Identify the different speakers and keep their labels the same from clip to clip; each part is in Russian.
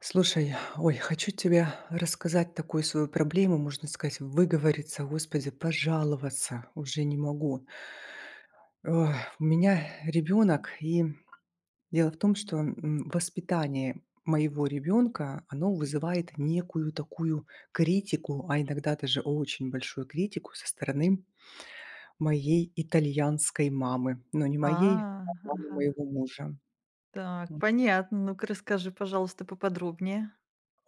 Speaker 1: Слушай, ой, хочу тебе рассказать такую свою проблему, можно сказать, выговориться, Господи, пожаловаться уже не могу. Ох, у меня ребенок, и дело в том, что воспитание моего ребенка, оно вызывает некую такую критику, а иногда даже очень большую критику со стороны моей итальянской мамы, но не
Speaker 2: А,
Speaker 1: моей, а мамы
Speaker 2: ага.
Speaker 1: моего мужа.
Speaker 2: Так, понятно. Ну-ка, расскажи, пожалуйста, поподробнее.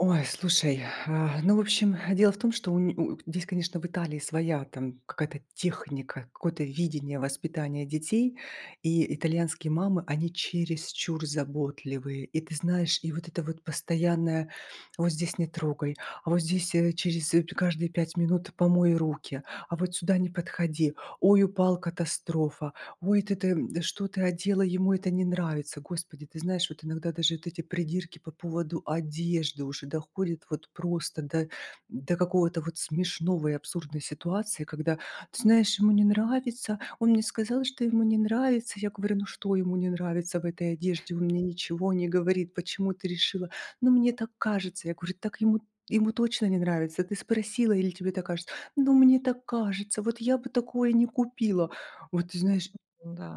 Speaker 1: Ой, слушай, ну, в общем, дело в том, что у здесь, конечно, в Италии своя там какая-то техника, какое-то видение воспитания детей. И итальянские мамы, они чересчур заботливые. И ты знаешь, и вот это вот постоянное: "Вот здесь не трогай, а вот здесь, через, каждые 5 минут помой руки, а вот сюда не подходи, ой, упал- катастрофа". Ой, ты, да что ты одела, ему это не нравится. Господи, ты знаешь, вот иногда даже вот эти придирки по поводу одежды уже доходят вот просто до какого-то вот смешного и абсурдной ситуации, когда, ты знаешь, ему не нравится, он мне сказал, что ему не нравится. Я говорю, ну что ему не нравится в этой одежде, он мне ничего не говорит, почему ты решила? Ну мне так кажется. Я говорю, так ему точно не нравится. Ты спросила или тебе так кажется? Ну, мне так кажется. Вот я бы такое не купила. Вот ты знаешь,
Speaker 2: Да.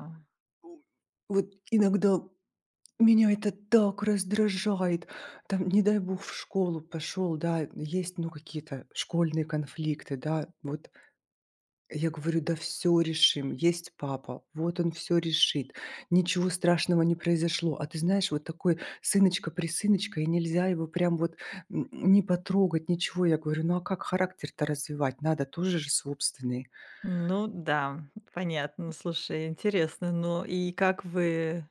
Speaker 1: вот иногда меня это так раздражает. Там, не дай бог, в школу пошел, да, есть, ну, какие-то школьные конфликты, да. Вот я говорю, да, все решим. Есть папа, вот он все решит. Ничего страшного не произошло. А ты знаешь, вот такой сыночка-присыночка, и нельзя его прям вот не потрогать, ничего. Я говорю, ну, а как характер-то развивать? Надо тоже же собственный.
Speaker 2: Ну да, понятно. Слушай, интересно. Ну и как вы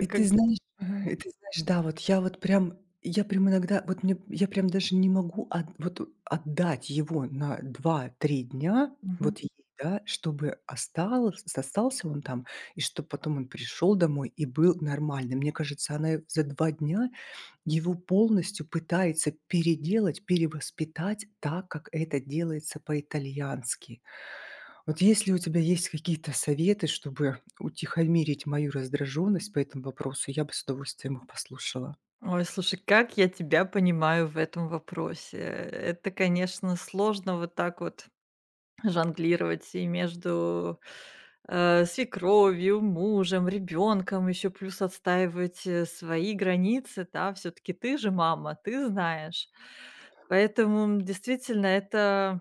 Speaker 1: И ты
Speaker 2: как
Speaker 1: знаешь и
Speaker 2: мгм.
Speaker 1: ты знаешь, да, я прям иногда, вот мне я прям даже не могу от вот отдать его на 2-3 дня,
Speaker 2: Мгм.
Speaker 1: вот ей, да, чтобы осталось остался он там, и чтобы потом он пришел домой и был нормальный. Мне кажется, она за 2 дня его полностью пытается переделать, перевоспитать так, как это делается по-итальянски. Вот если у тебя есть какие-то советы, чтобы утихомирить мою раздраженность по этому вопросу, я бы с удовольствием их послушала.
Speaker 2: Ой, слушай, как я тебя понимаю в этом вопросе. Это, конечно, сложно вот так вот жонглировать и между свекровью, мужем, ребенком еще плюс отстаивать, свои границы, да. Все таки ты же мама, ты знаешь. Поэтому, действительно, это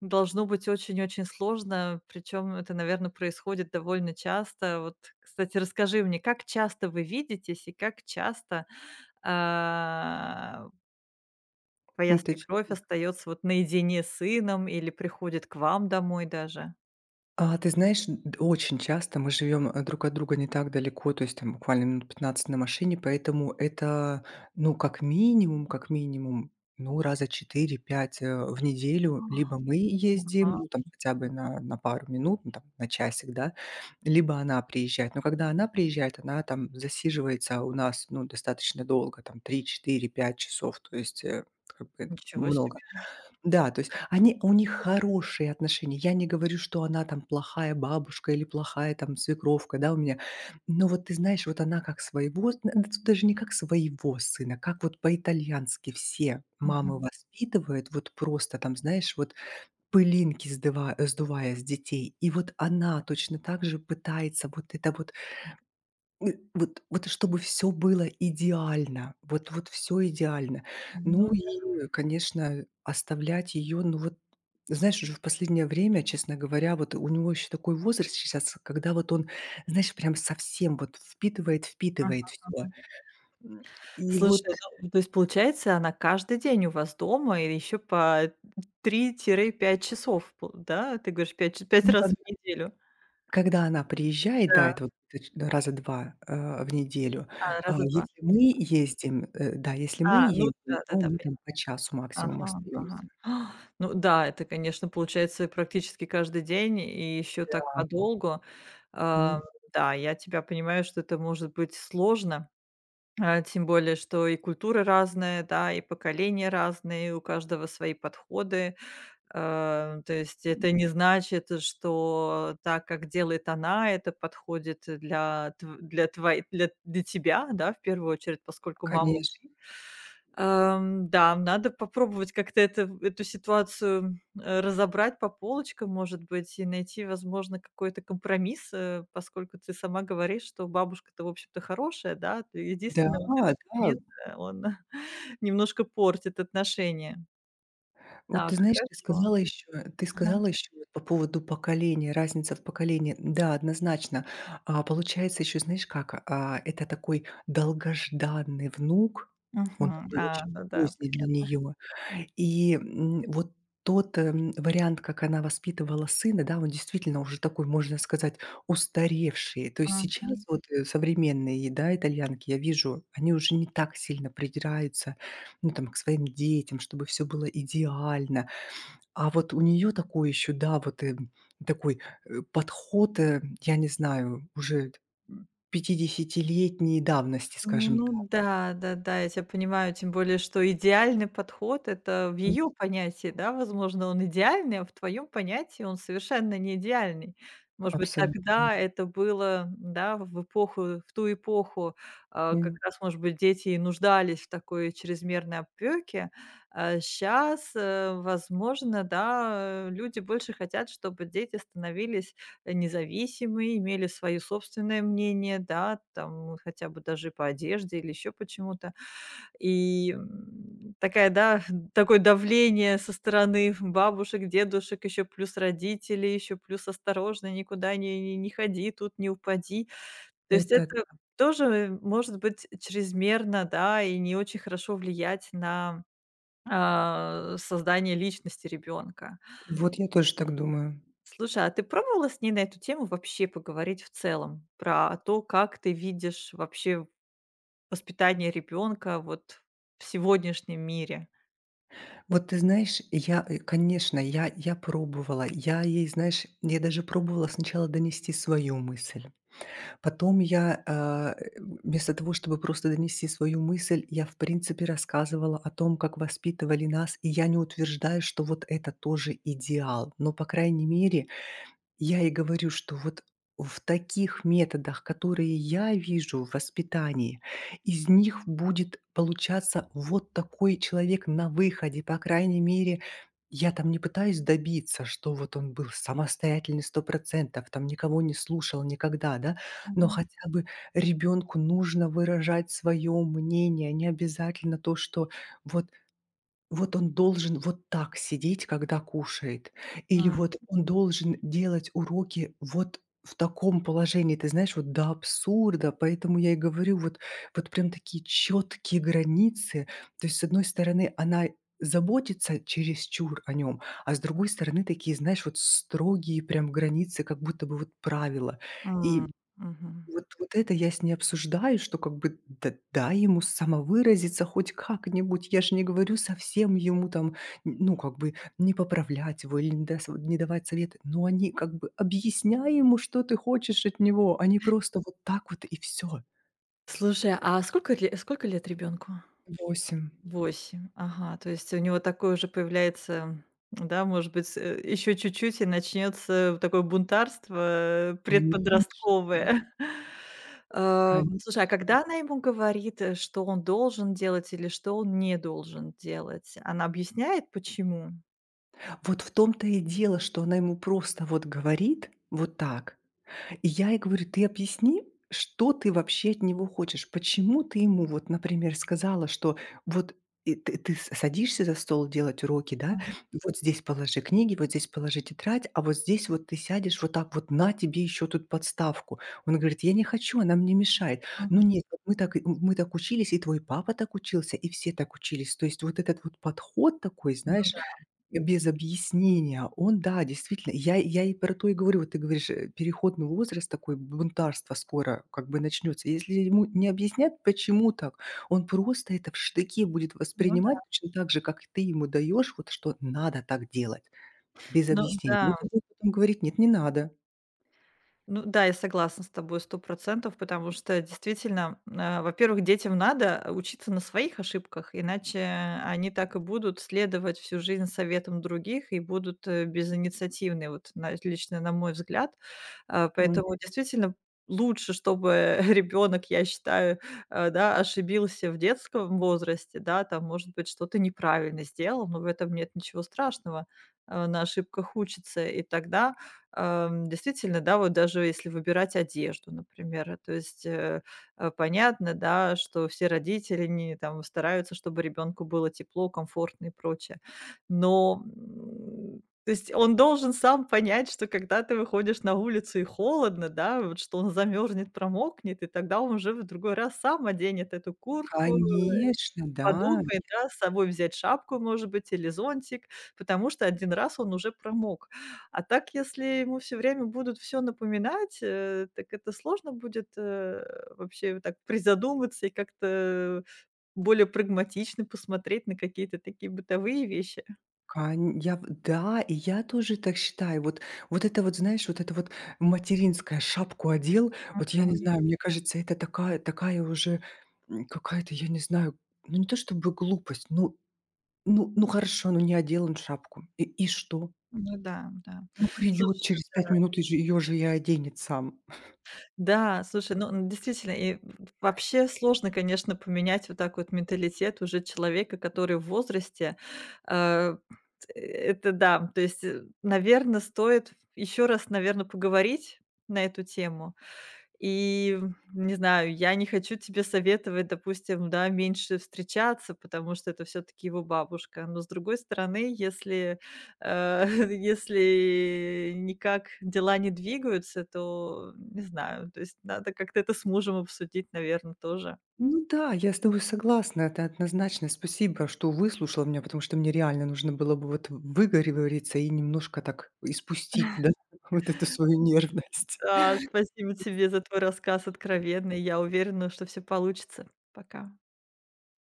Speaker 2: должно быть очень-очень сложно. Причем это, наверное, происходит довольно часто. Вот, кстати, расскажи мне, как часто вы видитесь и как часто, а, твоя
Speaker 1: Ну, ты
Speaker 2: свекровь остается вот наедине с сыном или приходит к вам домой даже?
Speaker 1: А ты знаешь, д очень часто мы живем, друг от друга не так далеко, то есть там буквально минут 15 на машине, поэтому это, ну, как минимум, ну, раза четыре-пять в неделю либо мы ездим,
Speaker 2: Ага.
Speaker 1: ну, там хотя бы на пару минут, ну, там на часик, да, либо она приезжает. Но когда она приезжает, она там засиживается у нас, ну, достаточно долго, там три-четыре-пять часов, то есть, как бы
Speaker 2: Ничего
Speaker 1: много.
Speaker 2: себе.
Speaker 1: Да, то есть они у них хорошие отношения. Я не говорю, что она там плохая бабушка или плохая там свекровка, да, у меня. Но вот ты знаешь, вот она как своего, н- да тут даже не как своего сына, как вот по-итальянски все мамы
Speaker 2: Мгм.
Speaker 1: воспитывают, вот просто там, знаешь, вот пылинки сдыва- сдувая с детей. И вот она точно так же пытается вот это вот. Э, вот вот и чтобы все было идеально, вот вот все идеально. Ну
Speaker 2: Ну да.
Speaker 1: и, конечно, оставлять ее, ну вот, знаешь, уже в последнее время, честно говоря, вот у него еще такой возраст сейчас, когда вот он, знаешь, прям совсем вот впитывает, впитывает
Speaker 2: Ага,
Speaker 1: все.
Speaker 2: ага.
Speaker 1: И вот,
Speaker 2: Слушай, ну, то есть, получается, она каждый день у вас дома или еще по три-пять часов, пол да? Ты говоришь, 5 ч
Speaker 1: ну, когда
Speaker 2: раз в неделю.
Speaker 1: когда она приезжает, да,
Speaker 2: Да.
Speaker 1: это вот точ раза 2 в неделю,
Speaker 2: А,
Speaker 1: а
Speaker 2: раза 2.
Speaker 1: если мы ездим, э, да, если мы
Speaker 2: А, ну
Speaker 1: ездим, то
Speaker 2: да-да-да,
Speaker 1: мы там
Speaker 2: понятно.
Speaker 1: по часу максимум
Speaker 2: Ага, ага.
Speaker 1: остаемся.
Speaker 2: А, ну да, это, конечно, получается практически каждый день и еще так подолгу. А,
Speaker 1: М,
Speaker 2: да, я тебя понимаю, что это может быть сложно. Тем более, что и культуры разные, да, и поколения разные, у каждого свои подходы. То есть это не значит, что так, как делает она, это подходит для тв для твоей для для тебя, да, в первую очередь, поскольку мама.
Speaker 1: Конечно.
Speaker 2: Ам, да, надо попробовать как-то эту ситуацию, разобрать по полочкам, может быть, и найти, возможно, какой-то компромисс, поскольку ты сама говоришь, что бабушка-то, в общем-то, хорошая, да. Ты
Speaker 1: Да,
Speaker 2: единственно, вот
Speaker 1: да.
Speaker 2: этот момент, он немножко портит отношения.
Speaker 1: Вот
Speaker 2: Так,
Speaker 1: ты знаешь, ты
Speaker 2: хорошо.
Speaker 1: сказала еще ты
Speaker 2: Ага.
Speaker 1: сказала еще вот по поводу поколения, разница в поколении. Да, однозначно. А, получается еще, знаешь как, это такой долгожданный внук, он
Speaker 2: Мгм.
Speaker 1: такой
Speaker 2: А,
Speaker 1: очень
Speaker 2: ну да,
Speaker 1: поздний для
Speaker 2: понятно.
Speaker 1: нее. И, вот тот вариант, как она воспитывала сына, да, он действительно уже такой, можно сказать, устаревший. То есть сейчас вот, современные, да, итальянки, я вижу, они уже не так сильно придираются, ну, там, к своим детям, чтобы все было идеально. А вот у нее такой еще, да, вот, такой, подход, я не знаю, уже, 50 давности, скажем
Speaker 2: Ну
Speaker 1: так.
Speaker 2: да, да-да, я тебя понимаю, тем более, что идеальный подход — это в
Speaker 1: М,
Speaker 2: ее понятии, да, возможно, он идеальный, а в твоем понятии он совершенно не идеальный. Может быть,
Speaker 1: Абсолютно.
Speaker 2: тогда это было, да, в эпоху, в ту эпоху, как
Speaker 1: М,
Speaker 2: раз, может быть, дети и нуждались в такой чрезмерной опеке. Сейчас, возможно, да, люди больше хотят, чтобы дети становились независимые, имели свое собственное мнение, да, там хотя бы даже по одежде или еще почему-то. И такая, да, такое давление со стороны бабушек, дедушек, еще плюс родителей, еще плюс осторожно, никуда не ходи, тут не упади. То есть
Speaker 1: это
Speaker 2: это тоже может быть чрезмерно, да, и не очень хорошо влиять на создание личности ребенка.
Speaker 1: вот я тоже так думаю.
Speaker 2: Слушай, а ты пробовала с ней на эту тему вообще поговорить в целом? Про то, как ты видишь вообще воспитание ребенка вот в сегодняшнем мире?
Speaker 1: Вот ты знаешь, я, конечно, я пробовала. Я ей, знаешь, я даже пробовала сначала донести свою мысль. Потом вместо того, чтобы просто донести свою мысль, я, в принципе, рассказывала о том, как воспитывали нас. И я не утверждаю, что вот это тоже идеал. Но, по крайней мере, я и говорю, что вот в таких методах, которые я вижу в воспитании, из них будет получаться вот такой человек на выходе. По крайней мере, я там не пытаюсь добиться, что вот он был самостоятельный 100%, там никого не слушал никогда, да, но
Speaker 2: Мгм.
Speaker 1: хотя бы ребенку нужно выражать свое мнение, а не обязательно то, что вот вот он должен вот так сидеть, когда кушает, или
Speaker 2: М,
Speaker 1: вот он должен делать уроки вот в таком положении, ты знаешь, вот до абсурда. Поэтому я и говорю, вот вот прям такие четкие границы. То есть, с одной стороны, она заботится чересчур о нем, а с другой стороны, такие, знаешь, вот строгие прям границы, как будто бы вот правила.
Speaker 2: м,
Speaker 1: И
Speaker 2: мгм.
Speaker 1: вот вот это я с ней обсуждаю, что как бы да дай ему самовыразиться хоть как-нибудь. Я же не говорю совсем ему там, н ну, как бы не поправлять его или не давать советы, но они как бы объясняй ему, что ты хочешь от него, а не просто вот так вот и все.
Speaker 2: Слушай, а сколько лет ребенку?
Speaker 1: 8.
Speaker 2: 8, ага, то есть у него такое уже появляется, да, может быть, еще чуть-чуть и начнется такое бунтарство,
Speaker 1: Конечно,
Speaker 2: предподростковое. Ам, слушай, а
Speaker 1: конечно.
Speaker 2: когда она ему говорит, что он должен делать или что он не должен делать, она объясняет почему?
Speaker 1: Вот в том-то и дело, что она ему просто вот говорит вот так. И я ей говорю: "Ты объясни, что ты вообще от него хочешь? Почему ты ему вот, например, сказала, что вот и ты с садишься за стол делать уроки, да,
Speaker 2: Мгм,
Speaker 1: и вот здесь положи книги, вот здесь положи тетрадь, а вот здесь вот ты сядешь вот так вот, на тебе еще тут подставку". Он говорит: "Я не хочу, она мне мешает". Ну
Speaker 2: мгм.
Speaker 1: нет, вот мы так учились, и твой папа так учился, и все так учились. То есть вот этот вот подход такой,
Speaker 2: Ну
Speaker 1: знаешь,
Speaker 2: да,
Speaker 1: без объяснения. Он, да, действительно. Я и про то и говорю. Вот ты говоришь, переходный возраст такой, бунтарство скоро как бы начнется. Если ему не объяснят, почему так, он просто это в штыки будет
Speaker 2: ну да.
Speaker 1: воспринимать точно так же, как и ты ему даешь, вот что надо так делать без
Speaker 2: Ну
Speaker 1: объяснений. Он
Speaker 2: да.
Speaker 1: тебе будет потом говорить: "Нет, не надо".
Speaker 2: Ну да, я согласна с тобой 100%, потому что действительно, во-первых, детям надо учиться на своих ошибках, иначе они так и будут следовать всю жизнь советам других и будут, безинициативны, вот на лично на мой взгляд.
Speaker 1: М.
Speaker 2: Поэтому действительно лучше, чтобы ребенок, я считаю, да, ошибился в детском возрасте, да, там, может быть, что-то неправильно сделал, но в этом нет ничего страшного. На ошибках учится, и тогда ам, действительно, да, вот даже если выбирать одежду, например, э, то есть, э, э, понятно, да, что все родители не там стараются, чтобы ребенку было тепло, комфортно и прочее. Но, то есть он должен сам понять, что когда ты выходишь на улицу и холодно, да, вот что он замерзнет, промокнет, и тогда он уже в другой раз сам оденет эту куртку.
Speaker 1: Конечно, да.
Speaker 2: Подумай, да, с собой взять шапку, может быть, или зонтик, потому что один раз он уже промок. А так, если ему все время будут все напоминать, так это сложно будет, вообще вот так призадуматься и как-то более прагматично посмотреть на какие-то такие бытовые вещи.
Speaker 1: Кань я в да, и я тоже так считаю. Вот вот это вот, знаешь, вот это вот материнская шапку одел. Вот я не
Speaker 2: Мгм.
Speaker 1: знаю, мне кажется, это такая уже, какая-то, я не знаю, ну, не то чтобы глупость, ну, хорошо, ну, не одел он шапку. И что?
Speaker 2: Ну да, да.
Speaker 1: Ну,
Speaker 2: Слуш,
Speaker 1: придет через 5 минут и же её же и оденет сам.
Speaker 2: да, слушай, ну, н действительно, и в вообще сложно, конечно, поменять вот так вот менталитет уже человека, который в возрасте. Э, т это да, то есть, наверное, стоит еще раз, наверное, поговорить на эту тему. И, не знаю, я не хочу тебе советовать, допустим, да, меньше встречаться, потому что это все таки его бабушка. Но, с другой стороны, если, э, если никак дела не двигаются, то не знаю, то есть надо как-то это с мужем обсудить, наверное, тоже.
Speaker 1: Ну да, я с тобой согласна. Это однозначно. Спасибо, что выслушала меня, потому что мне реально нужно было бы вот выговориться и немножко так испустить, да, вот эту свою нервность.
Speaker 2: Да, спасибо тебе за твой рассказ откровенный. Я уверена, что все получится. Пока.